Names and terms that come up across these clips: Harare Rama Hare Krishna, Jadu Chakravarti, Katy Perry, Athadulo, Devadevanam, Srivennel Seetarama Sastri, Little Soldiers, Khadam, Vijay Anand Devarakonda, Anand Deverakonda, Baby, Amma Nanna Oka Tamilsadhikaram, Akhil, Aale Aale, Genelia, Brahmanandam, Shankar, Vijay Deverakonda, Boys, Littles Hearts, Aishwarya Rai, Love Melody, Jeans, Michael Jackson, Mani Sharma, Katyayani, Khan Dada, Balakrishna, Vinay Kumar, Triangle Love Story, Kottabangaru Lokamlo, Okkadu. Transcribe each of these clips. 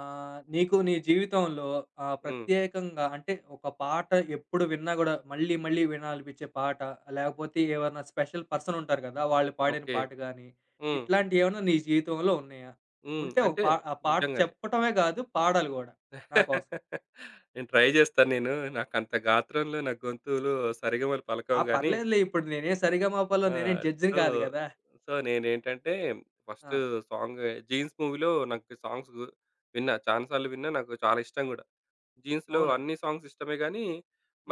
నీకు నీ జీవితంలో హ్మ్. ప్రత్యేకంగా అంటే ఒక పాట ఎప్పుడు విన్నా గూడా మళ్ళీ వినాలనిపించే పాట, లేకపోతే ఎవరైనా స్పెషల్ పర్సన్ ఉంటారు గదా! వాళ్ళు పాడిన ఓకే. పాట గానీ, హ్మ్. ఇట్లాంటియేమన్నా నీ జీవితంలో ఉన్నాయా? హ్మ్. ఉంటే ఒక అంటే పా ఆ పాట నిజంగానే. చెప్పటమే గాదు, పాడాలి గూడా నా కోసం. నేను ట్రై జేస్తాను నాకంత గాత్రంలో నా గొంతులో సరిగమలు ఆ! పలకవు గానీ పర్లేదులే ఇప్పుడు నేనేం 'సరిగమప'లో ఆ! నేనేం జడ్జిని సో, గాదు గదా! సో, నేనేంటంటే ఆ! ఫస్ట్ సాంగ్ 'జీన్స్' మూవీలో నాకు సాంగ్స్ గు విన్నా. చానా సార్లు విన్నా. నాకు చాలా ఇష్టం గూడా. 'జీన్స్‌లో' అవునా? అన్ని సాంగ్స్ ఇష్టమే గానీ,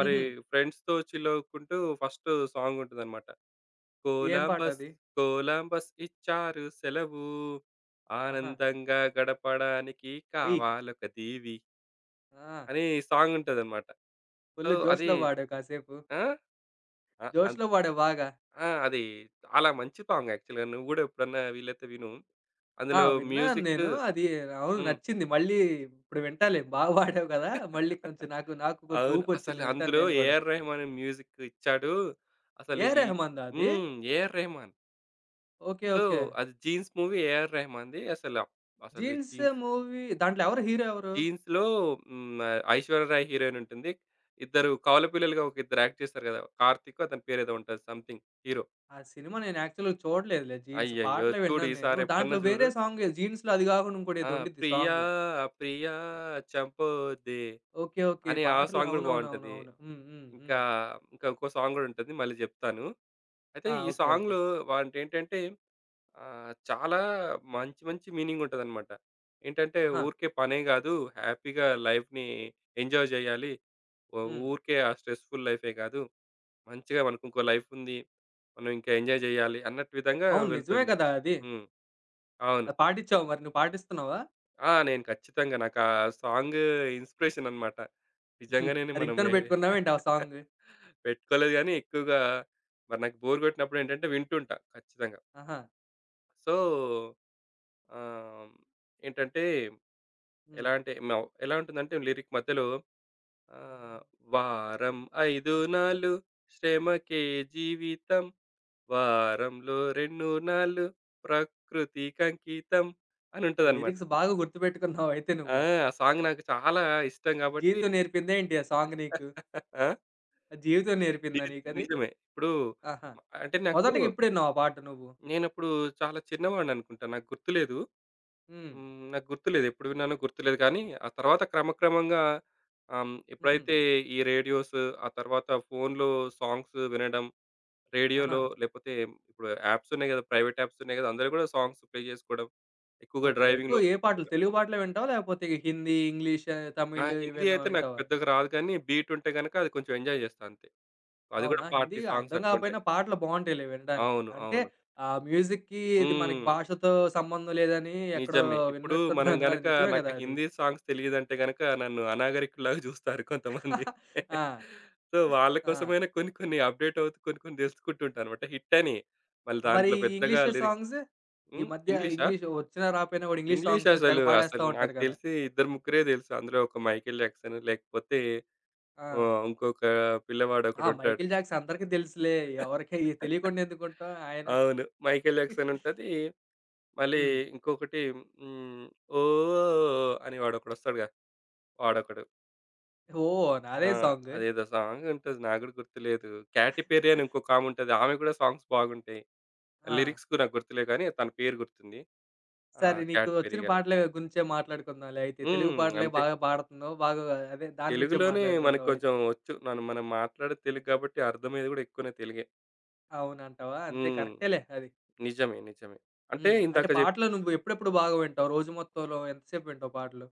మరి ఫ్రెండ్స్‌తో చిల్ అవుకుంటూ ఫస్ట్ సాంగుంటదనమాట. ఏం కోలంబస్ పాటది? కోలంబస్ ఇచ్చారు సెలవు. ఆహా! ఆనందంగా గడపడానికి ఒయ్! కావాలొక దీవి ఆ! అని సాంగుంటదనమాట. సో, ఫుల్ అది జోష్‌లో పాడావు కాసేపు. ఆ! అ అన్ జోష్‌లో పాడావు బాగా. ఆ! అది చాలా మంచి సాంగ్ యాక్చువల్‌గా. నువ్వు గూడా ఎప్పుడన్నా వీలైతే విను. ఆ! అందులో విన్నాను మ్యూజిక్. నేను. అది అవును హ్మ్. నచ్చింది. మళ్ళీ ఇప్పుడు వింటాలే బా పాడావు గదా! మళ్ళీ కొంచెం నాకు కొంచెం అవును. ఊపొచ్చింది. అసలు వింటాను అందులో నేను గూడా. ఏఆర్ రెహమాన్ మ్యూజిక్ ఇచ్చాడు. అసలు ఏఆర్ ఈ రెహమాన్‌దా అది? హ్మ్. AR Rahman. Okay. So, okay. అది 'జీన్స్' మూవీ ఏఆర్ రెహమాన్‌ది. అసలు 'జీన్స్' 'జీన్స్' మూవీ దాంట్లో ఎవరు హీరో ఎవరు? జీన్స్‌లో హ్మ్. 'ఐశ్వర్య రాయ్' హీరోయిన్ ఉంటుంది. ఇద్దరు కవల పిల్లలుగా ఒక ఇద్దరు యాక్ట్ చేస్తారు కదా! కార్తీకో అతని పేరేదో ఉంటది సంథింగ్ హీరో. ఆ సినిమా నేను యాక్చువల్‌గా చూడలేదులే, 'జీన్స్' అయ్యయ్యో! పాటలే చూడు విన్నాను నేను. ఈసారి ఎప్పుడన్నా దాంట్లో చూడు. వేరే సాంగ్ 'జీన్స్‌లో' అది గాకుండా ఇంకోటి ఆ! ఏదో ఉండిద్ది 'ప్రియా సాంగ్. 'ప్రియా చంపొద్దే' ఓకే. ఓకే. అని ఆ పాటలు సాంగ్ కూడా బావుంటది. అవునవునవునవును. హ్మ్. హ్మ్. ఇంకా, హ్మ్. ఇంకా ఇంకో సాంగ్ కూడా ఉంటుంది. మళ్ళీ చెప్తాను. అయితే ఆ! ఈ ఓకే. ఓకే. సాంగ్‌లో వానికేంటంటే చాలా మంచి మంచి మీనింగ్ ఉంటదనమాట. ఏంటంటే ఆహా! ఊరికే పనే కాదు, హ్యాపీగా లైఫ్‌ని ఎంజాయ్ చేయాలి. ఓ హ్మ్. ఊరికే ఆ స్ట్రెస్‌ఫుల్ లైఫే కాదు. మంచిగా మనకు ఇంకో లైఫ్ ఉంది. మనం ఇంకా ఎంజాయ్ చేయాలి అన్నట్టు విధంగా అవును నిజమే వెళ్తుంది. గదా! అది. హ్మ్. అవును. అది పాటించావా మరి? నువ్వు పాటిస్తున్నావా? ఆ! నేను ఖచ్చితంగా నాకు ఆ సాంగ్ ఇన్‌స్పిరేషన్ అన్నమాట. నిజంగానే రింగ్ మనం టోన్ ఏ. పెట్టుకున్నావేంటి ఆ సాంగ్? పెట్టుకోలేదు గానీ ఎక్కువగా మరి నాకు బోర్ కొట్టినప్పుడు ఏంటంటే వింటుంటా ఖచ్చితంగా. ఆహా! సో, ఆహ్, ఏంటంటే హ్మ్. ఎలా అంటే మ ఎలా ఉంటుందంటే లిరిక్ మధ్యలో ఆహ్, వారం 5 నాళ్ళు శ్రమకే జీవితం. వారంలో 2 నాళ్ళు ప్రకృతికంకితం అని ఆ ఉంటదనమాట. లిరిక్స్ బాగా గుర్తుపెట్టుకున్నావయితే ఆ! నువ్వు. ఆ సాంగ్ నాకు చాలా ఇష్టం కాబట్టి. 'జీవితం' నేర్పిందా ఏంటి ఆ సాంగ్ నీకు? ఆ! ఆ 'జీవితం' ని నేర్పిందా నీకది? నిజమే. ఇప్పుడు ఆహా! అంటే నాకు మొదటగా ఎప్పుడు ఇన్నావు ఆ పాట నువ్వు? నేనప్పుడు చాలా చిన్నవాడిననుకుంటా. నాకు గుర్తులేదు. హ్మ్. హ్మ్. నాకు గుర్తులేదు. ఎప్పుడు విన్నానో గుర్తులేదు కానీ, ఆ తర్వాత క్రమక్రమంగా హుహు. ఎప్పుడైతే ఈ రేడియోస్, ఆ తర్వాత ఫోన్‌లో సాంగ్స్ వినడం, ఆహా! రేడియోలో లేపోతే ఇప్పుడు యాప్స్ ఉన్నాయి గదా! ప్రైవేట్ యాప్స్ ఉన్నాయి గదా! అందులో గూడా సాంగ్స్ ప్లే జేసుకోవడం. ఎక్కువగా ఓకే. ఎక్కువ డ్రైవింగ్‌లో. ఏ పాటలు, తెలుగు పాటలే వింటావా? లేకపోతే హిందీ, ఇంగ్లీష్, ఆ! తమిళ్ హిందీ ఇవేనా అయితే నాకు వింటావా? పెద్దగా రాదు కానీ బీట్ ఉంటే గనక అది కొంచెం ఎంజాయ్ జేస్తా అంతే. అది అవునా? గూడా హిందీ పార్టీ సాంగ్స్ అర్థం కాకపోయినా అట్లుంటాయి. పాటలు బావుంటాయిలే వినడానికి. అవును. అంటే అవును. ఆ మ్యూజిక్‌కి ఇది మనకి హ్మ్. భాషతో సంబంధం లేదని ఎక్కడో నిజమే. ఇప్పుడు మనం విన్నట్టున్నాను. అది గనక నిజమే నాకు కదా అది? హిందీ సాంగ్స్ తెలీదంటే గనక నన్ను అనాగరికుల్లాగా జూస్తారు కొంతమంది. ఆ! సో, వాళ్ళ ఆ! కోసమైనా కొన్ని కొన్ని అప్‌డేట్ అవుతూ కొన్ని కొన్ని దెలుసుకుంటుంటా అనమాట. హిట్ అని. మళ్ళీ మరి దాంట్లో ఈ పెద్దగా ఇంగ్లీష్ లిరిక్స్. సాంగ్స్? ఈ హ్మ్. మధ్య ఇంగ్లీషా? ఇంగ్లీష్ వచ్చినా రాపోయినా గూడా ఇంగ్లీష్ ఇంగ్లీష్ సాంగ్స్ తెగ అసలు, పాడేస్తా అసలు నాకు ఉంటారు కదా! తెలిసి ఇద్దరు ముగ్గురే తెలుసు. అందులో ఒక 'మైకేల్ జాక్సన్' లేకపోతే ఆ! ఇంకొక ఆ! పిల్లవాడొకడుంటాడు. 'మైకేల్ జాక్సన్' అందరికి తెలుసులే. ఎవరికి తెలియకుండా ఎందుకుంటాం ఆయన. అవును. 'మైకేల్ జాక్సన్' ఉంటది. మళ్ళీ హ్మ్. ఇంకొకటి హ్మ్. 'ఓహ్!' అని వాడొకడొస్తాడుగా వాడొకడు. ఓహ్! అదే ఆ! సాంగ్. అదేదో సాంగ్ ఉంటది. నాకు కూడా గుర్తులేదు. 'క్యాటీ పెర్రీ' అని ఇంకొకామె ఉంటది. ఆమె కూడా సాంగ్స్ బాగుంటాయి. ఆ! లిరిక్స్ కూడా నాకు గుర్తులేవు గానీ తన పేరు గుర్తుంది. ఆ! సరే, నీకు 'క్యాట్ వచ్చిన పెర్రీ' అని. పాటల గురించే మాట్లాడుకుందాంలే అయితే. తెలుగు హ్మ్. పాటలే అంతే. బాగా పాడుతున్నావు. బాగా అదే దాని గురించే తెలుగులోనే మనకు మాట్లాడుకుందాం అయితే. కొంచెం వచ్చు. మనం మనం మాట్లాడేది తెలుగు కాబట్టి అర్థమయ్యేది గూడా ఎక్కువనే తెలుగే. అవునంటావా? అంతే హ్మ్. కరెక్టేలే అది. నిజమే. అంటే హ్మ్. అంటే ఇందాక జెప్ పాటలు నువ్వు ఎప్పుడెప్పుడు బాగా వింటావు? రోజు మొత్తంలో ఎంతసేపు వింటావు పాటలు?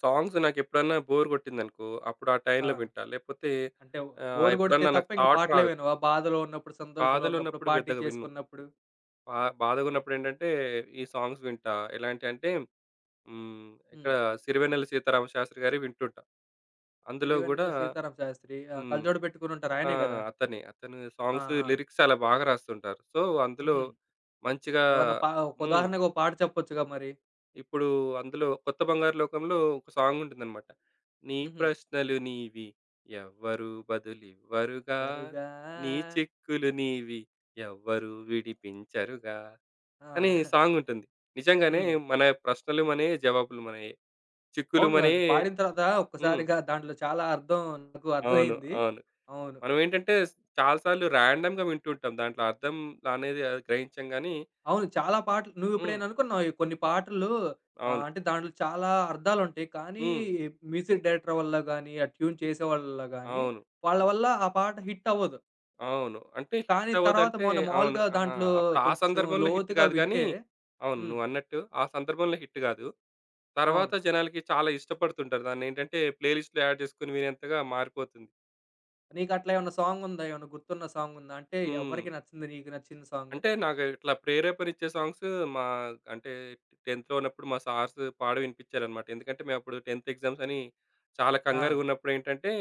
సాంగ్స్ నాకెప్పుడన్నా బోర్ గొట్టిందనుకో, అప్పుడు ఆ ఆ! టైంలో వింటా. లేపోతే అంటే బోర్ కొడితే ఎప్పుడన్నా నాకు తప్ప ఇంక థాట్ రాదు. పాటలేవినవా? బాధలో ఉన్నప్పుడు, సంతోషంలో ఉన్నప్పుడు, బాధలున్నప్పుడు పార్టీ పెద్దగా విన్ను. చేసుకున్నప్పుడు? బాధగున్నప్పుడేంటంటే ఈ సాంగ్స్ వింటా. ఎలాంటియంటే హ్మ్. ఇక్కడ హ్మ్. 'సిరివెన్నెల సీతారామ శాస్త్రి' గారివి వింటుంటా. అందులో గూడా 'సిరివెన్నెల సీతారామ శాస్త్రి' హ్మ్. కళ్ళజోడు పెట్టుకొనుంటారు. ఆ! ఆయనే గదా! అతనే. అతను ఆ! సాంగ్స్ ఆ! లిరిక్స్ అలా బాగా రాస్తుంటారు. సో, అందులో హుహు. మంచిగా ఏమన్నా పా ఒక హ్మ్. ఉదాహరణగా ఒక పాట చెప్పొచ్చుగా మరి? ఇప్పుడు అందులో 'కొత్త బంగారు లోకంలో' ఒక సాంగ్ ఉంటుందన్నమాట. నీ హుహు. ప్రశ్నలు నీవి ఎవ్వరు బదులివ్వరుగా, బరుగా నీ చిక్కులు నీవి ఎవ్వరు విడిపించరుగా అని ఆ! సాంగ్ ఉంటుంది. నిజంగానే హ్మ్. మన ప్రశ్నలు మనయే, జవాబులు మనయే. చిక్కులు అవును. అది మనయే. పాడిన తర్వాత హ్మ్. ఒక్కసారిగా దాంట్లో చాలా అర్థం నాకు అవును. అర్థమైంది. అవును. అవును. మనం ఏంటంటే చాలా సార్లు ర్యాండమ్‌గా వింటుంటాం. దాంట్లో అర్థం అనేది అది గ్రహించం గానీ అవును. చాలా పాటలు హ్మ్. నువ్వెప్పుడైనా అనుకున్నావా? ఈ కొన్ని పాటలు అవును. అంటే దాంట్లో చాలా అర్థాలుంటాయి. కానీ హ్మ్. మ్యూజిక్ డైరెక్టర్ వల్ల గానీ, ఆ ట్యూన్ చేసేవాళ్ళ గానీ, అవును. వాళ్ళ వల్ల ఆ పాట హిట్ అవ్వదు. అవును. అంటే కానీ హిట్ తర్వాత అవ్వదంటే మనం అవును. మామూలుగా ఆ! దాంట్లో అప్పుడు ఆ కొంచెం సందర్భంలో హిట్ లోతుగా కాదు గానీ వింటే అవును. హ్మ్. నువ్వన్నట్టు ఆ సందర్భంలో హిట్ కాదు. తర్వాత అవును. జనాలకి చాలా ఇష్టపడుతుంటారు. దాన్నేంటంటే ప్లే లిస్ట్‌లో యాడ్ చేసుకొని వినేంతగా మారిపోతుంది. నీకట్లా ఏమన్నా సాంగుందా? ఏమన్నా గుర్తున్న సాంగుందా? అంటే హ్మ్. ఎవరికి నచ్చింది నీకు నచ్చిన సాంగ్? అంటే నాకు ఇట్లా ప్రేరేపణిచ్చే సాంగ్స్ మా అంటే 10థ్ ఉన్నప్పుడు మా సార్స్ పాడి వినిపించారనమాట. ఎందుకంటే మేము అప్పుడు 10థ్ ఎగ్జామ్స్ అని చాలా ఆ! కంగారుగున్నప్పుడు ఏంటంటే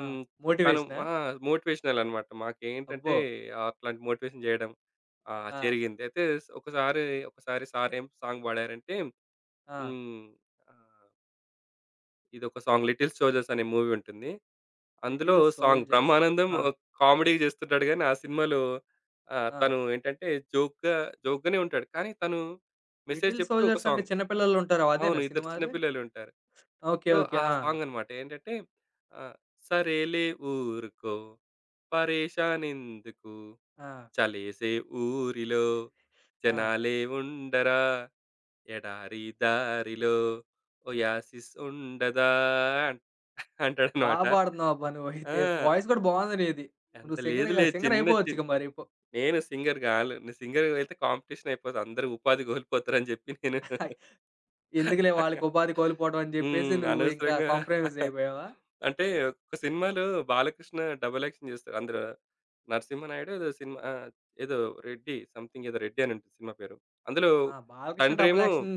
ఆ! తను మోటివేషనా? ఆ! మోటివేషనల్ అనమాట. మాకేంటంటే అబ్బో! అట్లాంటి మోటివేషన్ జేయడం ఆ! ఆ! జరిగింది. అయితే ఒకసారి సార్ ఏం సాంగ్ పాడారంటే ఆ! హ్మ్. ఆహ్, ఇదొక సాంగ్ 'లిటిల్ సోల్జర్స్' అనే మూవీ ఉంటుంది. అందులో 'లిటిల్ సాంగ్ సోల్జర్స్' బ్రహ్మానందం ఆ! కామెడీ చేస్తుంటాడు గానీ, ఆ సినిమాలో ఆ! తను ఏంటంటే జోక్‌గా జోక్‌గానే ఉంటాడు. కానీ తను మెసేజ్ 'లిటిల్ చెప్తూ ఒక సోల్జర్స్' అంటే సాంగ్. చిన్న పిల్లలుంటారు అవును. అదేనా ఇద్దరు సినిమా చిన్న అది? పిల్లలుంటారు. ఓకే. So, okay. ఆ ఆ! సాంగ్ అన్నమాట. ఏంటంటే ఆహ్, సరేలే, ఊరుకో, పరేషాన్ ఎందుకు, ఆ! చలేసే ఊరిలో ఆ! జనాలే ఉండరా, ఎడారి దారిలో ఒయాసిస్ ఉండదా బా అంటాడన్నమాట. పాడుతున్నావు అబ్బా! నువ్వైతే. ఆ! వాయిస్ కూడా బావుంది నీది. అంత నువ్వు సింగర్‌గా లేదులే. సింగర్ చిన్న చిన్ అయిపోవచ్చుగా మరి. పో నేను సింగర్ గాను. నేను సింగర్ అయితే కాంపిటీషన్ అయిపోతది. అందరూ ఉపాధి కోల్పోతారని జెప్పి నేను హయ్ ఎందుకులే, వాళ్ళకి ఉపాధి కోల్పోవడం అని జెప్పేసి హ్మ్. నువ్వు ఇంకా అనవసరంగా. కాంప్రమైజ్ అయిపోయావా? అంటే ఒక సినిమాలో బాలకృష్ణ డబుల్ యాక్షన్ జేస్తాడు. అందులో నరసింహనాయుడు ఏదో సినిమా ఆ! ఏదో రెడ్డి సంథింగ్ ఏదో రెడ్డి అని ఉంటుంది సినిమా పేరు. అందులో ఆ! 'బాలకృష్ణ డబుల్ తండ్రేమో యాక్షన్'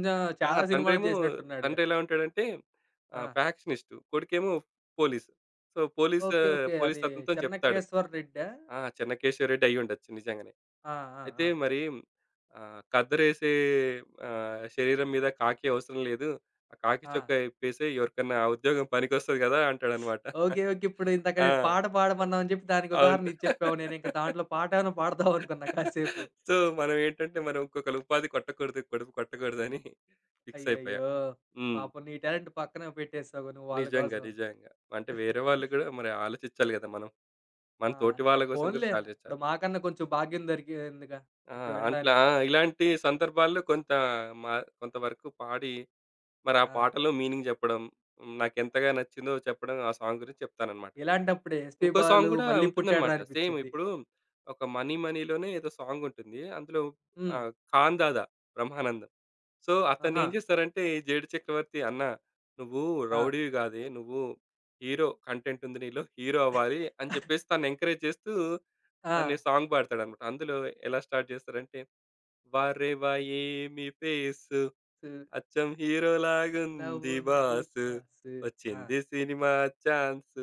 ఆ! చాలా సినిమాలో జేసినట్టున్నాడుగా. తండ్రి ఎలా ఉంటాడంటే ఆ! ఫ్యాక్షనిస్టు. కొడుకేమో police. So, okay. Okay. Police అది అతనితోని చెప్తాడు. 'చెన్నకేశవ రెడ్డా'? ఆ! చెన్నకేశవ రెడ్డి అయ్యుండొచ్చు నిజంగానే. ఆ! ఆ! అయితే ఆ! మరి ఆహ్, కద్దరేసే శరీరం మీద కాకి అవసరం లేదు. ఆ కాకి ఆ! చొక్కా ఇప్పేసేయ్, ఎవరికన్నా ఆ ఉద్యోగం పనికొస్తది గదా! అంటాడనమాట. ఓకే. ఓకే. ఇప్పుడు ఇందాక నేను ఆ! పాట పాడమన్నావు అని జెప్పి దానికి అవును. ఉదాహరణ ఇది చెప్పావు. నేనింక దాంట్లో పాట ఏమైనా పాడతావనుకున్నా కాసేపు. సో, మనం ఇంకొకళ్ళ ఉపాధి కొట్టకూడదు, కడుపు కొట్టకూడదని ఫిక్స్ అయిపోయా. అయ్యయ్యో! హ్మ్. పాపం నీ టాలెంట్ పక్కన పెట్టేసావు నువ్వు వాళ్ళ నిజంగా. కోసం. నిజంగా. అంటే వేరే వాళ్ళు గూడా మరి ఆలోచించాలి గదా! మనం. మన ఆ! తోటి స వాళ్ళ కోసం పోనీలే గురించి ఇప్పుడు ఆలోచించాలి. మాకన్నా కొంచెం భాగ్యం దొరికిందిగా ఆ! ఇప్పుడు అట్లా వినడానికి. ఇలాంటి సందర్భాల్లో కొంత మా కొంతవరకు పాడి, మరి ఆ ఆ! పాటలో మీనింగ్ చెప్పడం, హ్మ్, నాకెంతగా నచ్చిందో చెప్పడం, ఆ సాంగ్ గురించి చెప్తాననమాట. ఇలాంటప్పుడే 'ఎస్‌పీ ఇంకో సాంగ్ బాలు' గూడా మళ్ళీ పుట్టాడురా ఉంటుందనమాట. సేమ్ అనిపిచ్చిద్ది. ఇప్పుడు ఒక 'మనీ మనీ'లోనే ఏదో సాంగ్ ఉంటుంది. అందులో హ్మ్. 'ఖాన్ దాదా' 'బ్రహ్మానందం'. సో, ఆహా! అతనేం చేస్తారంటే ఈ 'జేడు చక్రవర్తి' అన్న నువ్వు ఆ! రౌడీవి గాదే, నువ్వు హీరో కంటెంట్ ఉంది నీలో. హీరో అవ్వాలి అని చెప్పేసి తనని ఎంకరేజ్ చేస్తూ ఆ! తను సాంగ్ పాడతాడనమాట. అందులో ఎలా స్టార్ట్ చేస్తారంటే వారెవా, ఏమి ఫేసు, సు అచ్చం హీరో లాగుంది లవుంది బాసు, రాసు ఆ! వచ్చింది సినిమా ఛాన్స్,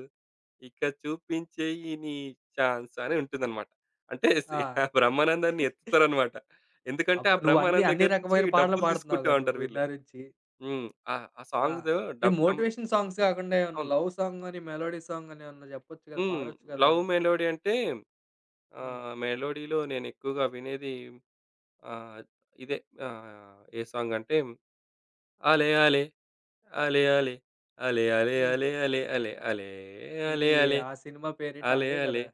ఇక చూపించేయి నీ ఛాన్స్ అని ఉంటుందన్నమాట. అంటే ఆ! ఆ బ్రహ్మానందాన్ని ఎత్తుతారన్నమాట. ఎందుకంటే ఆ అబ్బో! నువ్వు అన్ని, బ్రహ్మానందం అన్ని దగ్గర నుంచి రకమైన పాటలు డబ్బులు తీసుకుంటా పాడుతున్నావుగా ఉంటారు నువ్వు వీళ్ళు. ఇందాక నుంచి. హ్మ్. ఆ! ఆ ఆ! సాంగ్‌లో ఏ డబ్ బ్రహ్మ్ మోటివేషన్ సాంగ్స్ కాకుండా ఏమన్నా అవును. లవ్ సాంగ్ అని, మెలోడీ సాంగ్ అని ఏమన్నా చెప్పొచ్చు కదా! హ్మ్. పాడొచ్చు కదా! 'లవ్ మెలోడీ' అంటే హ్మ్. మెలోడీలో నేను ఎక్కువగా వినేది ఆహ్, ఇదే ఏ సాంగ్ అంటే 'ఆలే ఆలే.' అలే అలే. అలే అలే హ్మ్. అలే అలే అలే అలే అలే ఇది అలే ఆ సినిమా పేరేంటి అలే అదే అలే గదా!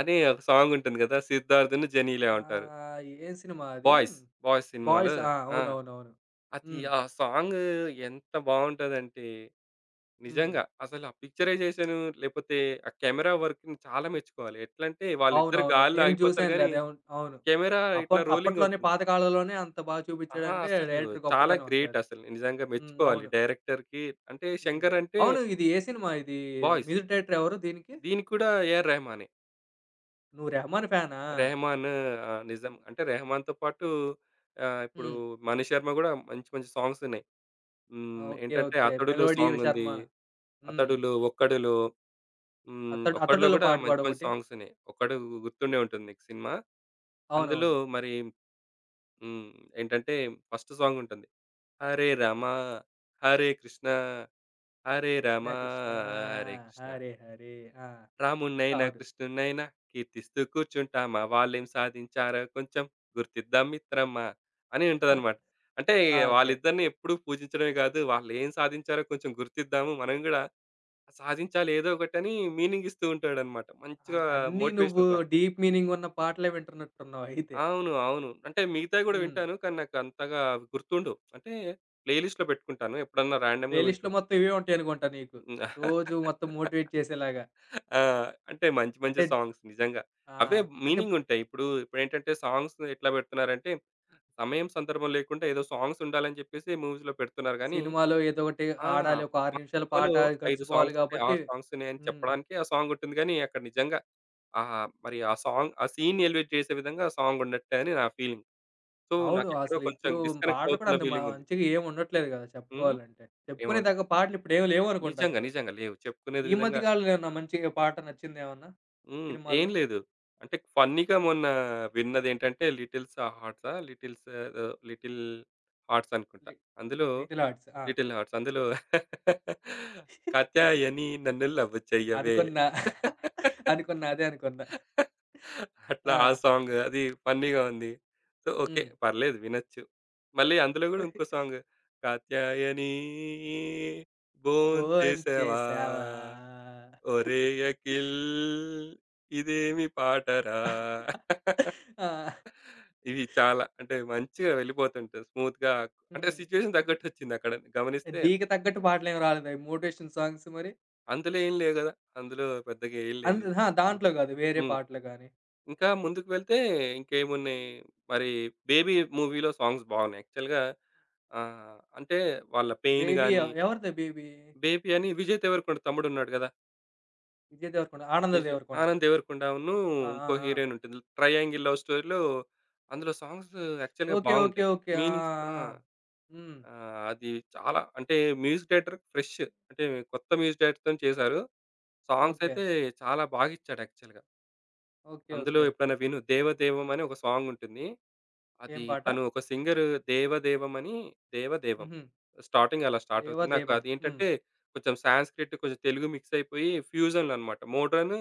అని ఒక సాంగ్ ఉంటుంది కదా! 'సిద్ధార్థ్‌ను, జెనీలా' ఉంటారు. ఆహ్, ఏం సినిమా అది? 'బాయ్స్', 'బాయ్స్' సినిమాలో 'బాయ్స్' ఆ! ఆ! అవునవునవును. అది హ్మ్. ఆ సాంగ్ ఎంత బావుంటదంటే హ్మ్. నిజంగా అసలు ఆ పిక్చరైజేషన్ లేకపోతే ఆ కెమెరా వర్క్‌ని చాలా మెచ్చుకోవాలి. ఎట్లంటే వాళ్ళిద్దరు అవునవును. గాల్లో నేను ఆగిపోతారు చూసానులే గానీ అది. అవును. అవును. కెమెరా ఇట్లా అప్పట్ రోలింగ్ అప్పట్లోనే అవుతుంది. పాతకాలంలోనే అంత బాగా ఆ! చూపిచ్చాడంటే అసలు డైరెక్టర్ చాలా గొప్పతనం గ్రేట్ అసలది. అసలు నిజంగా హ్మ్. మెచ్చుకోవాలి అవును. డైరెక్టర్‌కి. అంటే హ్మ్. శంకర్ అంటే అవును. ఇది ఏ సినిమా ఇది? 'బాయ్స్'. మ్యూజిక్ డైరెక్టర్ ఎవరు దీనికి? దీనికి కూడా ఏఆర్ రెహమానే. నువ్వు 'రెహమాన్' ఫ్యానా? 'రెహమాన్' నిజం అంటే 'రెహమాన్‌తో' పాటు ఇప్పుడు హ్మ్. 'మణి శర్మ' గూడా మంచి మంచి సాంగ్స్ ఉన్నాయి. ఆ! హ్మ్. ఓకే. ఏంటంటే ఓకే. 'అతడులో' 'మెలోడీ సాంగ్ ఉంది. శర్మ' హ్మ్. 'అతడులో', 'ఒక్కడులో' హ్మ్. అతడు 'ఒక్కడులో' 'అతడులో' గూడా పాట మంచి మంచి పాడొకటి. సాంగ్స్ ఉన్నాయి. 'ఒక్కడు' గుర్తుండే ఉంటుంది మీకు సినిమా. అందులో అవునవును. మరి హ్మ్. ఏంటంటే ఫస్ట్ సాంగ్ ఉంటుంది. హరే రామ హరే కృష్ణ, హరే రామ 'కృష్ణ కృష్ణ హరే కృష్ణ. హరే హరే' ఆ! రామున్నైనా అవును. కృష్ణున్నైనా కీర్తిస్తూ కూర్చుంటామా, వాళ్ళేం సాధించారో కొంచెం గుర్తిద్దాం మిత్రమా అని ఉంటదనమాట. అంటే ఆ! ఓకే. వాళ్ళిద్దరిని ఎప్పుడూ పూజించడమే కాదు, వాళ్ళేం సాధించారో కొంచెం గుర్తిద్దాము. మనం గూడా సాధించాలి ఏదో ఒకటని మీనింగ్ ఇస్తూ ఉంటాడనమాట. మంచిగా అంటే అన్నీ నువ్వు మోటివేషనల్ సాంగ్. డీప్ మీనింగ్ ఉన్న పాటలే వింటున్నట్టున్నావు అయితే. అవును. అంటే మిగతావి గూడా హ్మ్. వింటాను. కానీ నాకు అంతగా గుర్తుండవు. అంటే ప్లే లిస్ట్‌లో పెట్టుకుంటాను. ఎప్పుడన్నా ప్లే ర్యాండమ్‌గా లిస్ట్‌లో వింటుంటా. మొత్తం ఇవే ఉంటాయనుకుంటా నీకు. హ్మ్. రోజు మొత్తం మోటివేట్ చేసేలాగా. ఆ! అంటే మంచి మంచి అంటే సాంగ్స్ నిజంగా. ఆ! అవే అంటే మీనింగుంటాయి. ఇప్పుడేంటంటే సాంగ్స్ ఎట్లా పెడుతున్నారంటే, సమయం, సందర్భం లేకుండా ఏదో సాంగ్స్ ఉండాలని చెప్పేసి మూవీస్‌లో పెడుతున్నారు గానీ, సినిమాలో ఏదో ఒకటి ఆ! ఆడాలి. ఒక 6 మా నిమిషాల సినిమాలో పాట 5 గడిచిపోవాలి సాంగ్స్ ఉన్నాయి, కాబట్టి 6 సాంగ్స్ ఉన్నాయని హ్మ్. చెప్పడానికి ఆ సాంగుంటుంది గానీ, అక్కడ నిజంగా మరి ఆ సాంగ్ ఆ సీన్‌ని ఎలివేట్ చేసే విధంగా ఆ సాంగ్ ఉన్నట్టే అని నా ఫీలింగ్. సో, అవును. నాకెక్కడో అసలు కొంచెం ఇప్పుడు డిస్కనెక్ట్ పాటలు కూడా అవుతున్న అంత మ ఫీలింగుంది. మంచిగా ఏమి ఉండట్లేదు కదా! హ్మ్. చెప్పుకోవాలంటే. చెప్పుకునే దగ్గ ఏమంటారు? పాటలు ఇప్పుడేమి లేవనుకుంటా నిజంగా. అసలు. నిజంగా లేవు. చెప్పుకునే ఈ మధ్య విధంగా కాలంలో ఏమన్నా మంచి పాట నచ్చిందేమన్నా? హ్మ్. ఏం సినిమాల్లో? లేదు. అంటే ఫన్నీగా మొన్న విన్నదేంటంటే 'లిటిల్స్ హార్ట్సా' 'లిటిల్స్' ఏదో 'లిటిల్ హార్ట్స్' అనుకుంటా. లి అందులో 'లిటిల్ హార్ట్స్.' ఆ! 'లిటిల్ హార్ట్స్' అందులో 'కాత్యాయని నన్ను లవ్ చెయ్యవే.' అనుకున్నా. అనుకున్నా. అదే అనుకున్నా. అట్లా ఆ! ఆ సాంగ్ అది ఫన్నీగా ఉంది. So, okay. హ్మ్. పర్లేదు వినొచ్చు. మళ్ళీ అందులో గూడా ఇంకో సాంగ్ కాత్యాయని భోంచేసావా, భోంచేశావా? ఒరేయ్ అఖిల్ ఇదేమి పాటరా. ఆ! ఇవి చాలా అంటే మంచిగా వెళ్ళిపోతుంటది. స్మూత్‌గా అంటే హ్మ్. సిట్యుయేషన్ తగ్గట్టొచ్చిందక్కడ గమనిస్తే. దీనికి తగ్గట్టు పాటలేమి రాలేదా? మోటివేషన్ సాంగ్స్ మరి? అందులో ఏం లేవు గదా! అందులో పెద్దగా ఏం లేవు. అందు అహా! హ్మ్. దాంట్లో గాదు. వేరే హ్మ్. పాటలు గాని. ఇంకా ముందుకు వెళ్తే ఇంకేమున్నాయి మరి. 'బేబీ' మూవీలో సాంగ్స్ బాగున్నాయి. యాక్చువల్‌గా అంటే వాళ్ళ పెయిన్ 'బేబీ' ఎ గాని ఎవరిది 'బేబీ'? 'బేబీ' అని విజయ్ దేవరకొండ తమ్ముడున్నాడు గదా! విజయ్ దేవరకొండ, 'ఆనంద విజయ్ దేవరకొండ.' ఆనంద్ దేవరకొండను ఆ! ఆ! ఇంకో ఆ! హీరోయిన్ ఉంటుంది. 'ట్రయాంగిల్ లవ్ స్టోరీలో' అందులో సాంగ్స్ యాక్చువల్‌గా ఓకే. ఓకే. బాగుంటాయి. ఓకే. ఆ! మీనింగ్స్ ఆ! ఆ! ఆ! హ్మ్. అది చాలా అంటే మ్యూజిక్ డైరెక్టర్ ఫ్రెష్ అంటే కొత్త మ్యూజిక్ డైరెక్టర్‌తోని చేశారు. Songs okay. అయితే చాలా బాగిచ్చాడు యాక్చువల్‌గా. ఓకే. అందులో ఓకే. ఎప్పుడైనా విను 'దేవదేవం' అని ఒక సాంగ్ ఉంటుంది. ఏం అది పాట? తను ఒక సింగరు 'దేవదేవం' అని 'దేవదేవం.' హుహు. స్టార్టింగ్ అలా స్టార్ట్ అవుతుంది. నాకు 'దేవదేవం.' హ్మ్. అదేంటంటే కొంచెం సాంస్క్రిట్, కొంచెం తెలుగు మిక్స్ అయిపోయి ఫ్యూజన్‌లో అన్నమాట. మోడ్రను,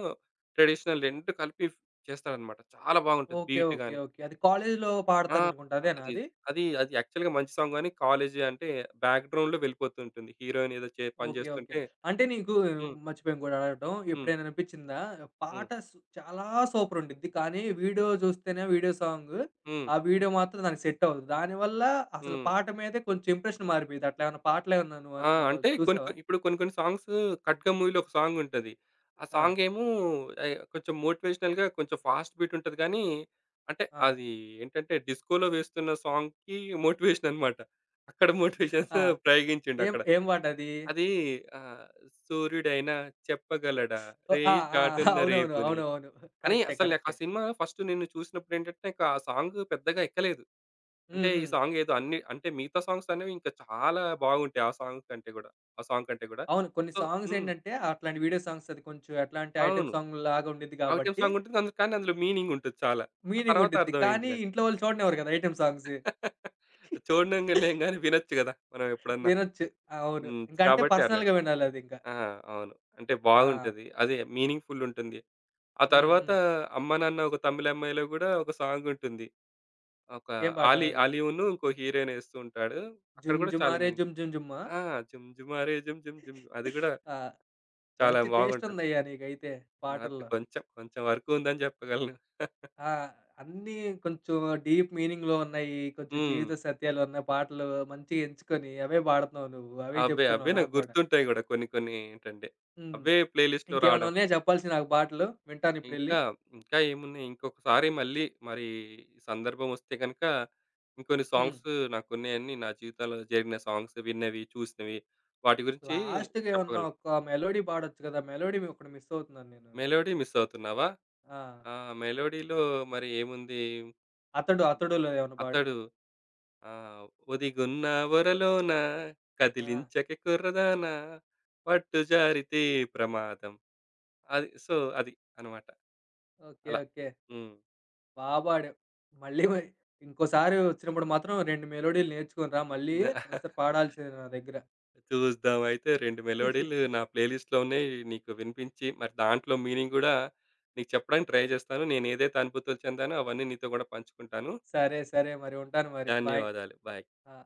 ట్రెడిషనల్ 2 కలిపి చేస్తాడన్నమాట. చాలా బాగుంటది ఓకే. Beat okay. గాని. ఓకే. అది కాలేజీలో ఆ! పాడతారనుకుంటా. అదేనా అది అది? అది అది యాక్చువల్‌గా మంచి సాంగ్ గాని కాలేజీ అంటే బ్యాక్‌గ్రౌండ్‌లో వెళ్ళిపోతుంటుంది. హీరోయిన్ ఏదో పని ఓకే. ఓకే. చేస్తుంటే అంటే నీకు హ్మ్. మర్చిపోయాను కూడా అడగటం. హ్మ్. ఎప్పుడైనా అనిపించిందా? హ్మ్. పాట సు చాలా సూపర్ ఉండిద్ది. కానీ వీడియో చూస్తేనే వీడియో సాంగ్. హ్మ్. ఆ వీడియో మాత్రం దానికి సెట్ అవ్వదు. దానివల్ల అసలు హ్మ్. పాట మీదే కొంచెం ఇంప్రెషన్ మారిపోయిద్ది. అట్లా ఏమైనా పాటలు ఏమన్నా పాటలేమన్నా నువ్వు ఆ! అను అంటే కొన్ని చూసావా? కొన్ని ఇప్పుడు కొన్ని కొన్ని సాంగ్స్ 'ఖడ్గం' మూవీలో ఒక సాంగ్ ఉంటది. ఆ ఆ! సాంగ్ ఏమో కొంచెం మోటివేషనల్‌గా కొంచెం ఫాస్ట్ బీట్ ఉంటది గానీ, అంటే ఆ! అది ఏంటంటే డిస్కోలో వేస్తున్న సాంగ్‌కి మోటివేషన్ అన్నమాట. అక్కడ మోటివేషన్స్ ఆ! ప్రయోగించిండు ఏం అక్కడ. ఏం పాటది? అది ఆహ్, సూర్యుడైనా చెప్పగలడా ఓహ్! ఆ! రేయి ఆ! చాటున్న అవునవును. రేపుని అవునవును. అని. కరెక్టే. అసలు నాకు ఆ కరెక్టే. సినిమా ఫస్ట్ నేను చూసినప్పుడు ఏంటంటే, నాకు ఆ సాంగ్ పెద్దగా ఎక్కలేదు. అంటే హ్మ్. ఈ హ్మ్. సాంగ్ ఏదో అన్ని అంటే మిగతా సాంగ్స్ అనేవి ఇంకా చాలా బాగుంటాయి. ఆ సాంగ్ కంటే గూడా. అవును. కొన్ని సో సాంగ్స్ హ్మ్. ఏంటంటే, అట్లాంటి వీడియో సాంగ్స్ అది కొంచెం ఎట్లాంటి ఐటెమ్ అవును. సాంగ్‌లాగా ఉండిద్ది ఐటెమ్ కాబట్టి, సాంగ్ ఉంటుంది. అందులో కానీ అందులో మీనింగ్ ఉంటుంది చాలా. ఆ మీనింగ్ తర్వాత ఉండిద్ది. అర్థమైంది కానీ నాకు. ఇంట్లో వాళ్ళు చూడనివ్వరు కదా! Item songs. చూడనంగానే గాని వినొచ్చు గదా! మనం ఎప్పుడన్నా. వినొచ్చు. అవును. హ్మ్. ఇంక అంటే కాబట్టి అట్లా. పర్సనల్‌గా వినాలదింక. ఆ! అవును. అంటే ఆ! బాగుంటది. అదే మీనింగ్‌ఫుల్ ఉంటుంది. ఆ హ్మ్. తర్వాత హ్మ్. 'అమ్మ నాన్న ఒక తమిళ్ అమ్మాయిలో' గూడా ఒక సాంగ్ ఉంటుంది. ఒక ఏం పాట ఆలీ అది? ఆలీవును ఇంకో హీరోయిన్ ఏస్తూ ఉంటాడు. అక్కడ 'జుమ్ గూడా చాలా జుమారే మీనింగ్. జుమ్ జుమ్ జుమ్మా'? ఆ! 'జుమ్ జుమారే జుమ్ జుమ్ జుమ్' జుమ్, అది గూడా ఆ! చాలా మంచి టేస్ట్ బాగుంటది. ఉందయ్యా నీకైతే నాది పాటల్లో. కొంచెం వరకు ఉందని చెప్పగలను. ఆ! అన్నీ కొంచెం డీప్ మీనింగ్‌లో ఉన్నాయి. కొంచెం హ్మ్. జీవిత సత్యాలున్న పాటలు మంచిగా ఎంచుకొని అవే పాడుతున్నావు నువ్వు. అవే అవే చెప్తున్నావు నాకు నాకు గూడా. గుర్తుంటాయి గూడా కొన్ని కొన్ని ఏంటంటే, హ్మ్. అవే ప్లే లిస్ట్‌లో ఇంకేమన్నా రావడం. ఉన్నాయా చెప్పాల్సియి నాకు పాటలు? వింటానిప్పుడెళ్ళి. ఇంకా, ఇంకా ఏమున్నాయి ఇంకొకసారి మళ్ళీ మరి ఈ సందర్భం వస్తే గనక, ఇంకొన్ని హ్మ్. సాంగ్స్ నాకున్నాయన్ని నా జీవితంలో జరిగిన సాంగ్స్ విన్నవి, చూసినవి వాటి గురించి లాస్ట్‌గా ఏమన్నా చెప్పగలను. ఒక్క మెలోడీ పాడొచ్చు కదా! మెలోడీ ఒకటి మిస్ అవుతున్నాను నేను. 'మెలోడీ' మిస్ అవుతున్నావా? ఆ! ఆ! 'మెలోడీ'లో మరి ఏముంది? 'అతడు' 'అతడులో' ఏమన్నా పాడు. అతడు ఆ! ఒదిగున్న ఒరలోన ఆ! కదిలించకే కుర్రదాన, పట్టు జారితే ప్రమాదం. అది. సో, అది అనమాట ఓకే. అలా. ఓకే. హ్మ్. బా పాడావు. మళ్ళీ మ ఇంకోసారి వచ్చినప్పుడు మాత్రం 2 మెలోడీలు నేర్చుకొని రా మళ్ళీ ఒకసారి పాడాల్సిందే నా దగ్గర. చూద్దాం అయితే 2 మెలోడీలు నా ప్లే లిస్ట్‌లో ఉన్నాయి. నీకు వినిపించి మరి దాంట్లో మీనింగ్ గూడా నీకు చెప్పడానికి ట్రై చేస్తాను. నేనేదైతే అనుభూతులు చెందానో అవన్నీ నీతో గూడా పంచుకుంటాను. సరే. సరే. మరి ఉంటాను మరి. బాయ్. ధన్యవాదాలు. బాయ్. ఆ!